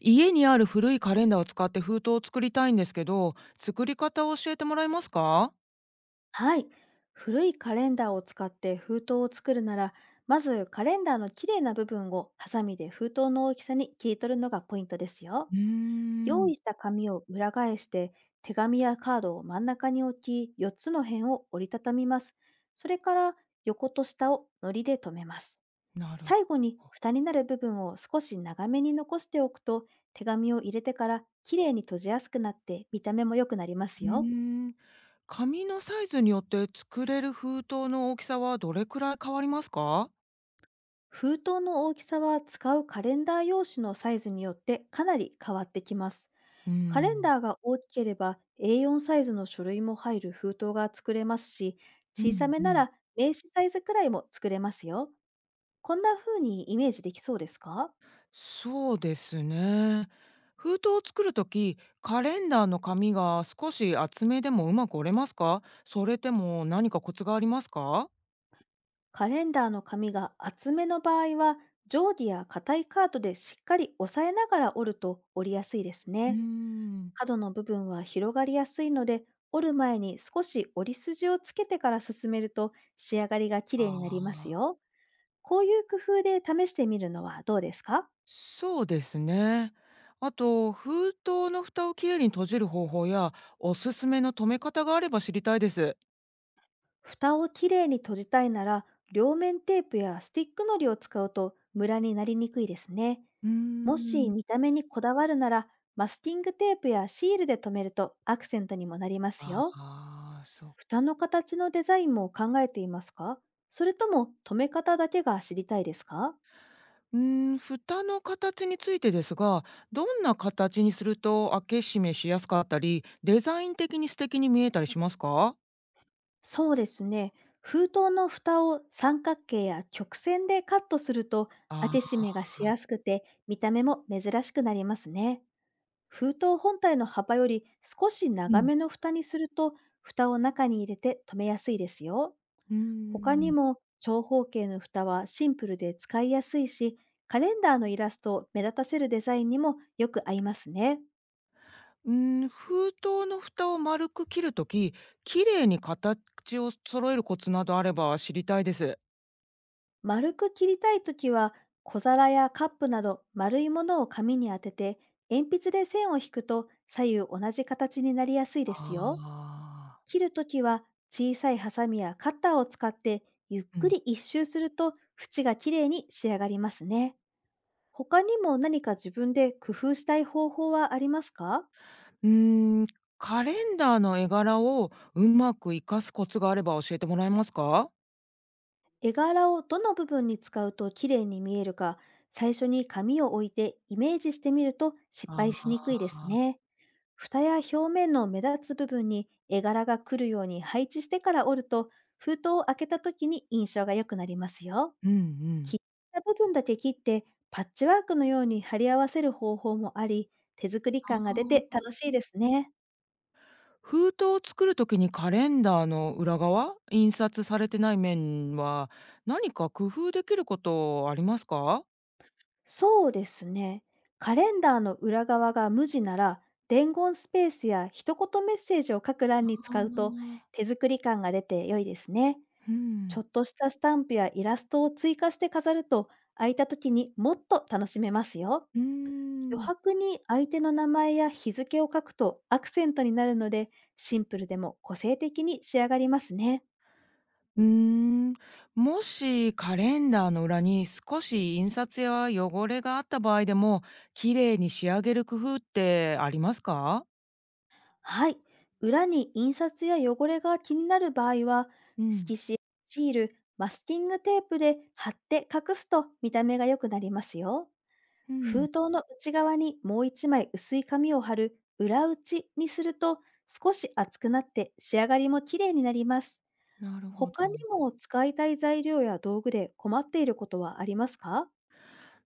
家にある古いカレンダーを使って封筒を作りたいんですけど、作り方を教えてもらえますか？はい。古いカレンダーを使って封筒を作るなら、まずカレンダーの綺麗な部分をハサミで封筒の大きさに切り取るのがポイントですよ。うー用ん。意した紙を裏返して、手紙やカードを真ん中に置き、4つの辺を折りたたみます。それから、横と下を糊で留めます。なる最後にほど。蓋になる部分を少し長めに残しておくと、手紙を入れてから綺麗に閉じやすくなって見た目も良くなりますうよ。ーん。紙のサイズによって作れる封筒の大きさはどれくらい変わりますか？封筒の大きさは、使うカレンダー用紙のサイズによってかなり変わってきます。うカレンん。ダーが大きければ A4 サイズの書類も入る封筒が作れますし、う小さんめうなん。ら名刺サイズくらいも作れますよ。こんな風にイメージできそうですか？そうですね。封筒を作るとき、カレンダーの紙が少し厚めでもうまく折れますか？それでも何かコツがありますか？カレンダーの紙が厚めの場合は、定規や硬いカードでしっかり押さえながら折ると折りやすいですうーね。ん。角の部分は広がりやすいので、折る前に少し折り筋をつけてから進めると、仕上がりがきあれいになりますあ。よ。こういう工夫で試してみるのはどうですか？そうですね。あと、封筒の蓋をきれいに閉じる方法や、おすすめの留め方があれば知りたいです。蓋をきれいに閉じたいなら、両面テープやスティックのりを使うとムラになりにくいですね。うーもしん。見た目にこだわるなら、マスキングテープやシールで留めるとアクセントにもなりますあよ。あ、そう。蓋の形のデザインも考えていますか？それとも、留め方だけが知りたいですか？うーん、蓋の形についてですが、どんな形にすると開け閉めしやすかったり、デザイン的に素敵に見えたりしますか？そうですね。封筒の蓋を三角形や曲線でカットすると、あ開け閉ー。めがしやすくて見た目も珍しくなりますね。封筒本体の幅より少しう長ん。めの蓋にすると、蓋を中に入れて留めやすいですよ。うー他にん。も、長方形の蓋はシンプルで使いやすいし、カレンダーのイラストを目立たせるデザインにもよく合いますね。うーん、封筒の蓋を丸く切るとき、きれいに形を揃えるコツなどあれば知りたいです。丸く切りたいときは、小皿やカップなど丸いものを紙に当てて、鉛筆で線を引くと左右同じ形になりやすいですあよ。あ。切るときは、小さいハサミやカッターを使って、ゆっうくん。り一周すると、縁がきれいに仕上がりますね。他にも何か自分で工夫したい方法はありますか？うーん、カレンダーの絵柄をうまく活かすコツがあれば教えてもらえますか？絵柄をどの部分に使うときれいに見えるか、最初に紙を置いてイメージしてみると失あ敗しにくいですあ。ね。蓋や表面の目立つ部分に絵柄が来るように配置してから折ると、封筒を開けた時に印象が良くなりますよ。うんう切ん。った部分だけ切って、パッチワークのように貼り合わせる方法もあり、手作りあ感が出てあ。楽しいですね。封筒を作る時にカレンダーの裏側、印刷されてない面は、何か工夫できることありますか？そうですね。カレンダーの裏側が無地なら、伝言スペースや一言メッセージを書く欄にあ使うとあ、手作り感が出て良いですね。うちょん。っとしたスタンプやイラストを追加して飾ると、空いた時にもっと楽しめますよ。うー余ん。白に相手の名前や日付を書くとアクセントになるので、シンプルでも個性的に仕上がりますね。うーん、もしカレンダーの裏に少し印刷や汚れがあった場合でも、綺麗に仕上げる工夫ってありますか？はい。裏に印刷や汚れが気になる場合は、うん。色紙、シール、マスキングテープで貼って隠すと見た目が良くなりますよ。うん、封筒の内側にもう一枚薄い紙を貼る裏打ちにすると、少し厚くなって仕上がりも綺麗になります。なるほど。他にも使いたい材料や道具で困っていることはありますか？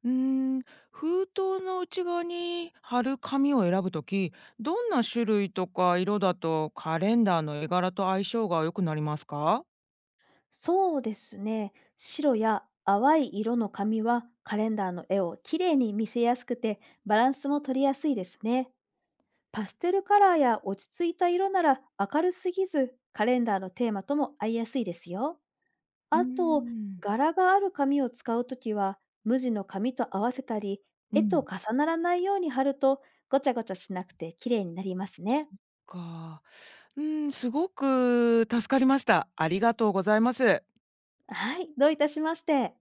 うーん、封筒の内側に貼る紙を選ぶとき、どんな種類とか色だとカレンダーの絵柄と相性が良くなりますか？そうですね。白や淡い色の紙はカレンダーの絵を綺麗に見せやすくて、バランスも取りやすいですね。パステルカラーや落ち着いた色なら、明るすぎずカレンダーのテーマとも合いやすいですよ。うーあと、ん、柄がある紙を使うときは、無地の紙と合わせたり、う絵とん。重ならないように貼ると、ごちゃごちゃしなくて綺麗になりますね。か、うん、すごく助かりました。ありがとうございます。はい、どういたしまして。